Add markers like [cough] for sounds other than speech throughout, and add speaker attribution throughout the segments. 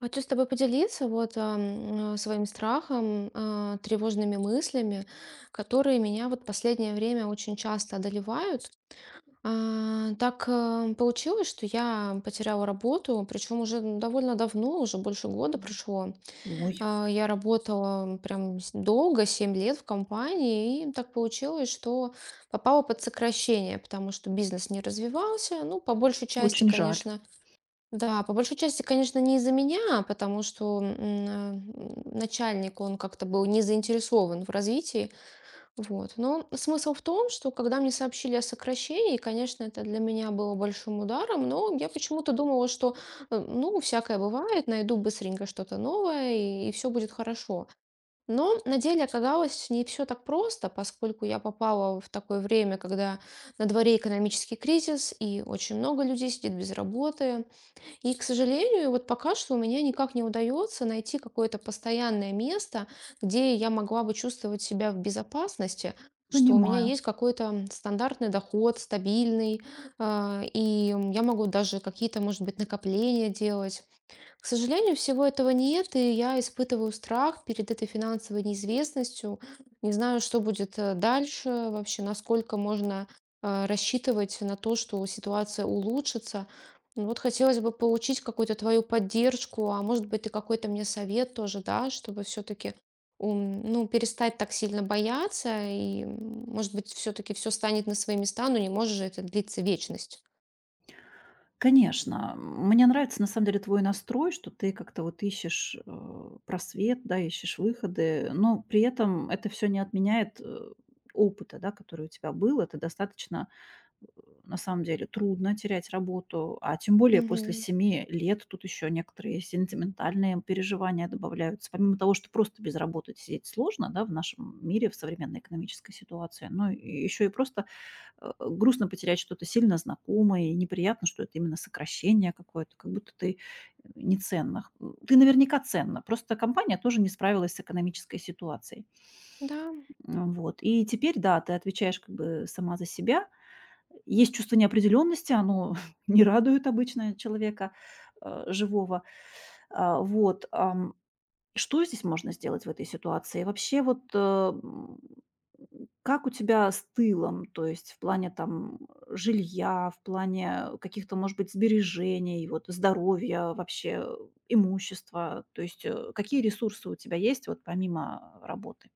Speaker 1: Хочу с тобой поделиться вот своим страхом, тревожными мыслями, которые меня вот последнее время очень часто одолевают. Так получилось, что я потеряла работу, причем уже довольно давно, уже больше 1 года прошло.
Speaker 2: Ой,
Speaker 1: Я работала прям долго, 7 лет в компании, и так получилось, что попала под сокращение, потому что бизнес не развивался. Ну, по большей части,
Speaker 2: очень жаль.
Speaker 1: конечно, да, по большей части, конечно, не из-за меня, потому что э, начальник, он как-то был не заинтересован в развитии. Вот. Но смысл в том, что когда мне сообщили о сокращении, конечно, это для меня было большим ударом, но я почему-то думала, что, ну, всякое бывает, найду быстренько что-то новое, и все будет хорошо. Но на деле оказалось не все так просто, поскольку я попала в такое время, когда на дворе экономический кризис, и очень много людей сидит без работы. И, к сожалению, вот пока что у меня никак не удается найти какое-то постоянное место, где я могла бы чувствовать себя в безопасности, что у меня
Speaker 2: Понимаю.
Speaker 1: есть какой-то стандартный доход, стабильный, и я могу даже какие-то, может быть, накопления делать, к сожалению, всего этого нет, и я испытываю страх перед этой финансовой неизвестностью. Не знаю, что будет дальше, вообще, насколько можно рассчитывать на то, что ситуация улучшится. Ну вот хотелось бы получить какую-то твою поддержку, а может быть, ты какой-то мне совет тоже, да, чтобы все-таки ну, перестать так сильно бояться, и, может быть, все-таки все станет на свои места, но не может же это длиться вечность.
Speaker 2: Конечно, мне нравится на самом деле твой настрой, что ты как-то вот ищешь просвет, да, ищешь выходы, но при этом это все не отменяет опыта, да, который у тебя был. Это достаточно, э, на самом деле, трудно терять работу, а тем более после
Speaker 1: Мгм.
Speaker 2: 7 лет тут еще некоторые сентиментальные переживания добавляются. Помимо того, что просто без работы сидеть сложно, да, в нашем мире, в современной экономической ситуации, но еще и просто грустно потерять что-то сильно знакомое, и неприятно, что это именно сокращение какое-то, как будто ты не ценна. Ты наверняка ценна, просто компания тоже не справилась с экономической ситуацией.
Speaker 1: Да.
Speaker 2: Вот. И теперь, да, ты отвечаешь как бы сама за себя. Есть чувство неопределенности, оно [laughs] не радует обычно человека живого. Вот. Что здесь можно сделать в этой ситуации? Вообще вот, как у тебя с тылом? То есть в плане там жилья, в плане каких-то, может быть, сбережений, вот здоровья, вообще имущества. То есть, какие ресурсы у тебя есть вот помимо работы?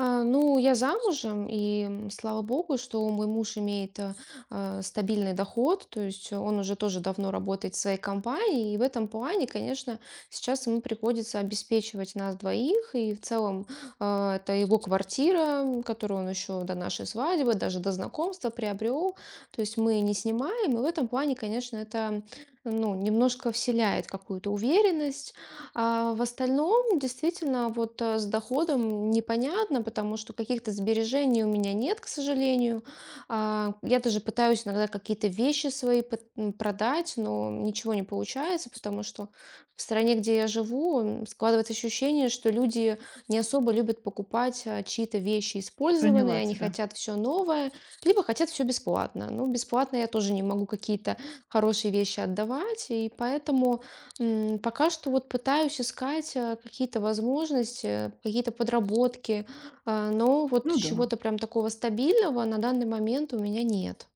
Speaker 1: Ну, я замужем, и слава богу, что мой муж имеет стабильный доход, то есть он уже тоже давно работает в своей компании, и в этом плане, конечно, сейчас ему приходится обеспечивать нас двоих, и в целом это его квартира, которую он еще до нашей свадьбы, даже до знакомства приобрел, то есть мы не снимаем, и в этом плане, конечно, это ну, немножко вселяет какую-то уверенность, а в остальном действительно вот, с доходом непонятно, потому что каких-то сбережений у меня нет, к сожалению. Я даже пытаюсь иногда какие-то вещи свои продать, но ничего не получается, потому что в стране, где я живу, складывается ощущение, что люди не особо любят покупать, чьи-то вещи
Speaker 2: Поняла
Speaker 1: использованные, они
Speaker 2: тебя.
Speaker 1: хотят все новое, либо хотят все бесплатно. Ну, бесплатно я тоже не могу какие-то хорошие вещи отдавать, и поэтому пока что вот пытаюсь искать какие-то возможности, какие-то подработки, но вот
Speaker 2: Ну да.
Speaker 1: чего-то прям такого стабильного на данный момент у меня нет.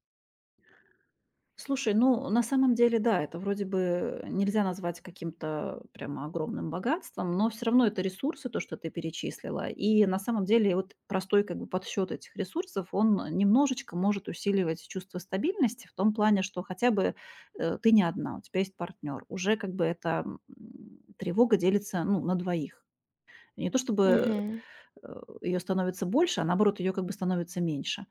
Speaker 2: Слушай, ну, на самом деле, да, это вроде бы нельзя назвать каким-то прямо огромным богатством, но все равно это ресурсы, то, что ты перечислила. И на самом деле вот простой как бы подсчет этих ресурсов, он немножечко может усиливать чувство стабильности в том плане, что хотя бы ты не одна, у тебя есть партнер. Уже как бы эта тревога делится, ну, на двоих. Не то чтобы
Speaker 1: Мгм.
Speaker 2: ее становится больше, а наоборот, ее как бы становится меньше.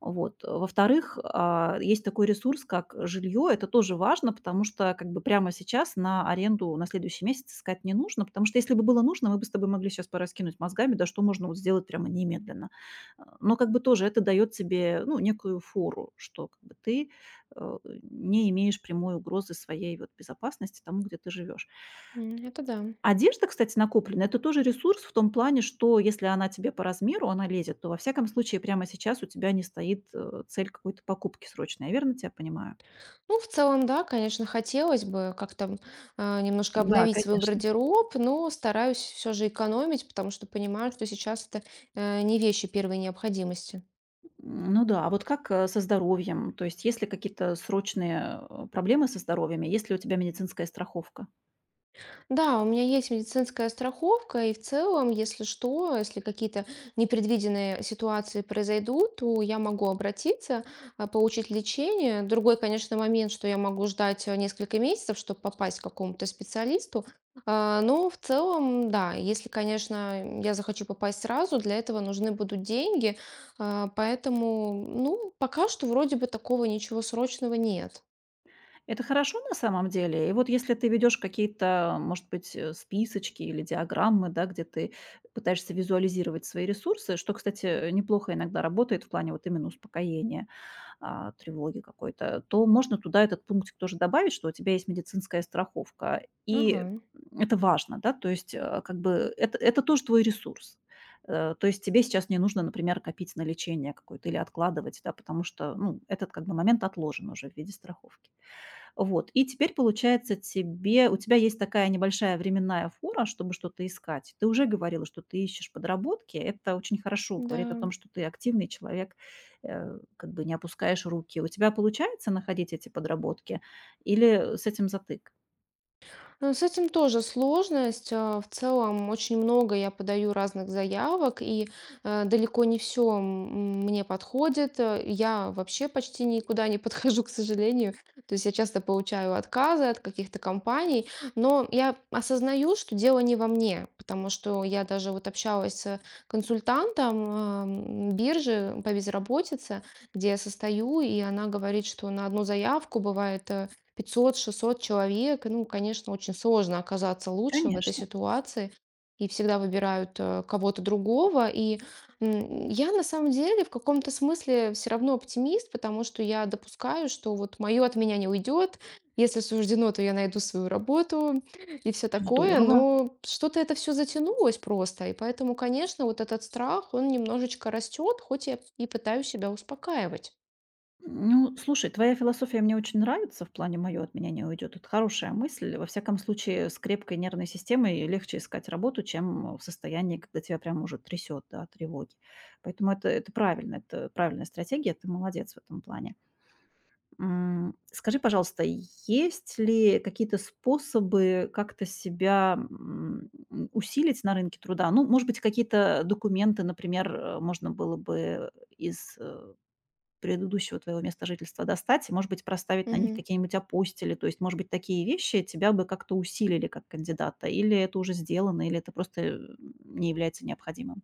Speaker 2: Вот. Во-вторых, есть такой ресурс, как жилье. Это тоже важно, потому что как бы прямо сейчас на аренду на следующий месяц искать не нужно, потому что если бы было нужно, мы бы с тобой могли сейчас пораскинуть мозгами, да что можно вот сделать прямо немедленно. Но как бы тоже это дает тебе ну, некую фору, что как бы ты э, не имеешь прямой угрозы своей вот безопасности тому, где ты живешь.
Speaker 1: Это да.
Speaker 2: Одежда, кстати, накопленная — это тоже ресурс в том плане, что если она тебе по размеру, она лезет, то, во всяком случае, прямо сейчас у тебя не стоит цель какой-то покупки срочной. Я верно тебя понимаю?
Speaker 1: Ну, в целом, да, конечно, хотелось бы как-то немножко
Speaker 2: Да,
Speaker 1: обновить свой
Speaker 2: конечно.
Speaker 1: гардероб, но стараюсь все же экономить, потому что понимаю, что сейчас это не вещи первой необходимости.
Speaker 2: М, ну да. А вот как, со здоровьем? То есть есть ли какие-то срочные проблемы со здоровьем? И есть ли у тебя медицинская страховка?
Speaker 1: Да, у меня есть медицинская страховка, и в целом, если что, если какие-то непредвиденные ситуации произойдут, то я могу обратиться, получить лечение. Другой, конечно, момент, что я могу ждать несколько месяцев, чтобы попасть к какому-то специалисту. Но в целом, да, если, конечно, я захочу попасть сразу, для этого нужны будут деньги. Поэтому, ну, пока что вроде бы такого ничего срочного нет.
Speaker 2: Это хорошо на самом деле. И вот если ты ведешь какие-то, может быть, списочки или диаграммы, да, где ты пытаешься визуализировать свои ресурсы, что, кстати, неплохо иногда работает в плане вот именно успокоения, тревоги какой-то, то можно туда этот пунктик тоже добавить, что у тебя есть медицинская страховка. И
Speaker 1: Ага,
Speaker 2: это важно, да, то есть как бы это тоже твой ресурс. То есть тебе сейчас не нужно, например, копить на лечение какое-то или откладывать, да, потому что ну, этот как бы момент отложен уже в виде страховки. Вот, и теперь, получается, тебе у тебя есть такая небольшая временная фора, чтобы что-то искать. Ты уже говорила, что ты ищешь подработки. Это очень хорошо говорит о том,
Speaker 1: да.
Speaker 2: что ты активный человек, как бы не опускаешь руки. У тебя получается находить эти подработки или с этим затык?
Speaker 1: Ну, с этим тоже сложность. В целом очень много я подаю разных заявок, и далеко не все мне подходит. Я вообще почти никуда не [laughs] подхожу, к сожалению. То есть я часто получаю отказы от каких-то компаний, но я осознаю, что дело не во мне, потому что я даже вот общалась с консультантом биржи по безработице, где я состою, и она говорит, что на одну заявку бывает 500-600 человек, ну, конечно, очень сложно оказаться лучшим в этой
Speaker 2: Конечно,
Speaker 1: ситуации, и всегда выбирают кого-то другого. И я на самом деле в каком-то смысле все равно оптимист, потому что я допускаю, что вот мое от меня не уйдет, если суждено, то я найду свою работу и все такое,
Speaker 2: здорово.
Speaker 1: но что-то это все затянулось просто, и поэтому, конечно, вот этот страх, он немножечко растет, хоть я и пытаюсь себя успокаивать.
Speaker 2: Ну, слушай, твоя философия мне очень нравится, в плане мое от меня не уйдет. Это хорошая мысль. Во всяком случае, с крепкой нервной системой легче искать работу, чем в состоянии, когда тебя прям уже трясет, да, от тревоги. Поэтому это правильно, это правильная стратегия, ты молодец в этом плане. Скажи, пожалуйста, есть ли какие-то способы как-то себя усилить на рынке труда? Ну, может быть, какие-то документы, например, можно было бы из предыдущего твоего места жительства достать и, может быть, проставить на них какие-нибудь апостили. То есть, может быть, такие вещи тебя бы как-то усилили как кандидата, или это уже сделано, или это просто не является необходимым?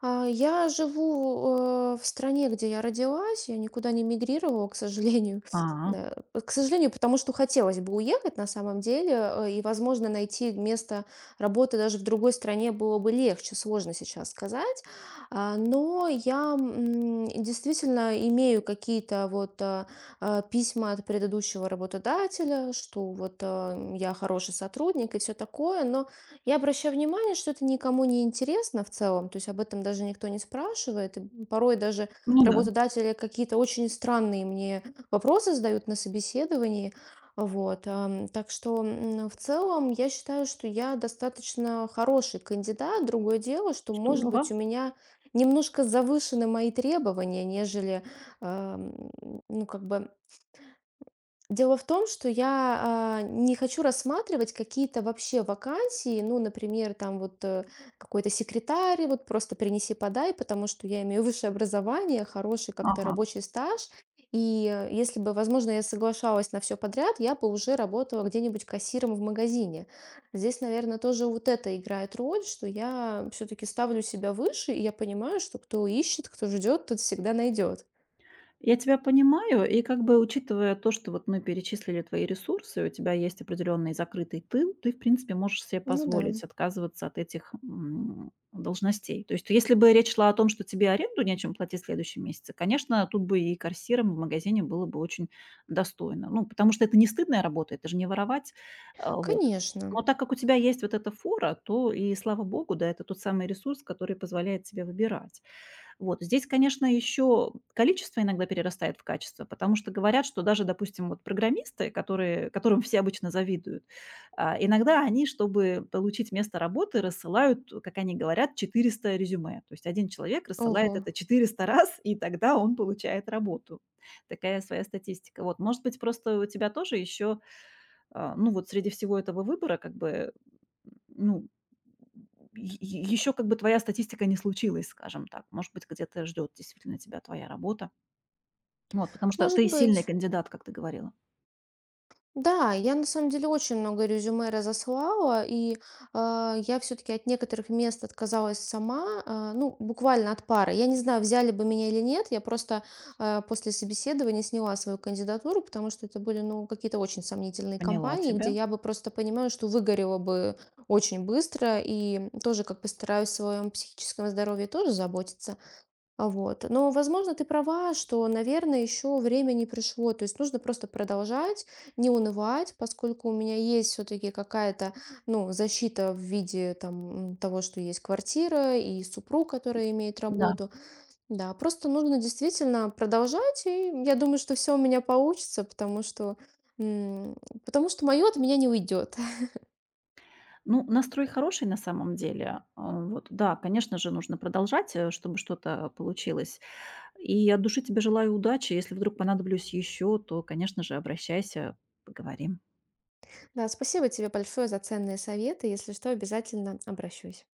Speaker 1: Я живу, в стране, где я родилась. Я никуда не мигрировала, к сожалению. [laughs]
Speaker 2: А,
Speaker 1: Да, к сожалению, потому что хотелось бы уехать на самом деле, и, возможно, найти место работы даже в другой стране было бы легче, сложно сейчас сказать. Но я, действительно имею какие-то вот, письма от предыдущего работодателя, что вот, я хороший сотрудник и все такое, но я обращаю внимание, что это никому не интересно в целом, то есть об этом даже никто не спрашивает. И порой даже
Speaker 2: ну да,
Speaker 1: работодатели какие-то очень странные мне вопросы задают на собеседовании. Вот. Так что в целом я считаю, что я достаточно хороший кандидат. Другое дело, что, может быть,
Speaker 2: здорово.
Speaker 1: у меня немножко завышены мои требования, нежели, ам, ну, как бы, дело в том, что я не хочу рассматривать какие-то вообще вакансии, ну, например, там вот какой-то секретарь, вот просто принеси, подай, потому что я имею высшее образование, хороший как-то
Speaker 2: Ага.
Speaker 1: рабочий стаж. И если бы, возможно, я соглашалась на все подряд, я бы уже работала где-нибудь кассиром в магазине. Здесь, наверное, тоже вот это играет роль, что я все-таки ставлю себя выше, и я понимаю, что кто ищет, кто ждет, тот всегда найдет.
Speaker 2: Я тебя понимаю, и как бы, учитывая то, что вот мы перечислили твои ресурсы, у тебя есть определенный закрытый тыл, ты, в принципе, можешь себе
Speaker 1: Ну да,
Speaker 2: позволить отказываться от этих должностей. То есть, если бы речь шла о том, что тебе аренду нечем платить в следующем месяце, конечно, тут бы и кассиром в магазине было бы очень достойно. Ну, потому что это не стыдная работа, это же не воровать. Вот.
Speaker 1: конечно.
Speaker 2: Но так как у тебя есть вот эта фора, то и слава богу, да, это тот самый ресурс, который позволяет тебе выбирать. Вот здесь, конечно, еще количество иногда перерастает в качество, потому что говорят, что даже, допустим, вот программисты, которым все обычно завидуют, иногда они, чтобы получить место работы, рассылают, как они говорят, 400 резюме. То есть один человек
Speaker 1: Ого.
Speaker 2: рассылает это 400 раз, и тогда он получает работу. Такая своя статистика. Вот, может быть, просто у тебя тоже еще, ну вот, среди всего этого выбора, как бы, ну, еще как бы твоя статистика не случилась, скажем так. Может быть, где-то ждет действительно тебя твоя работа. Вот, потому что
Speaker 1: Может
Speaker 2: ты сильный
Speaker 1: быть.
Speaker 2: кандидат, как ты говорила.
Speaker 1: Да, я на самом деле очень много резюме разослала, и я все-таки от некоторых мест отказалась сама, ну, буквально от пары. Я не знаю, взяли бы меня или нет, я просто после собеседования сняла свою кандидатуру, потому что это были, ну, какие-то очень сомнительные
Speaker 2: Поняла
Speaker 1: компании,
Speaker 2: тебя.
Speaker 1: где я бы просто понимаю, что выгорела бы очень быстро, и тоже как постараюсь о своем психическом здоровье тоже заботиться. Вот. Но, возможно, ты права, что, наверное, еще время не пришло. То есть нужно просто продолжать, не унывать, поскольку у меня есть все-таки какая-то, ну, защита в виде там, того, что есть квартира и супруг, который имеет
Speaker 2: Да.
Speaker 1: работу. Да, просто нужно действительно продолжать, и я думаю, что все у меня получится, м, потому что мое от меня не уйдет. [laughs]
Speaker 2: Ну, настрой хороший на самом деле. Вот, да, конечно же, нужно продолжать, чтобы что-то получилось. И от души тебе желаю удачи. Если вдруг понадоблюсь еще, то, конечно же, обращайся, поговорим.
Speaker 1: Да, спасибо тебе большое за ценные советы. Если что, обязательно обращусь.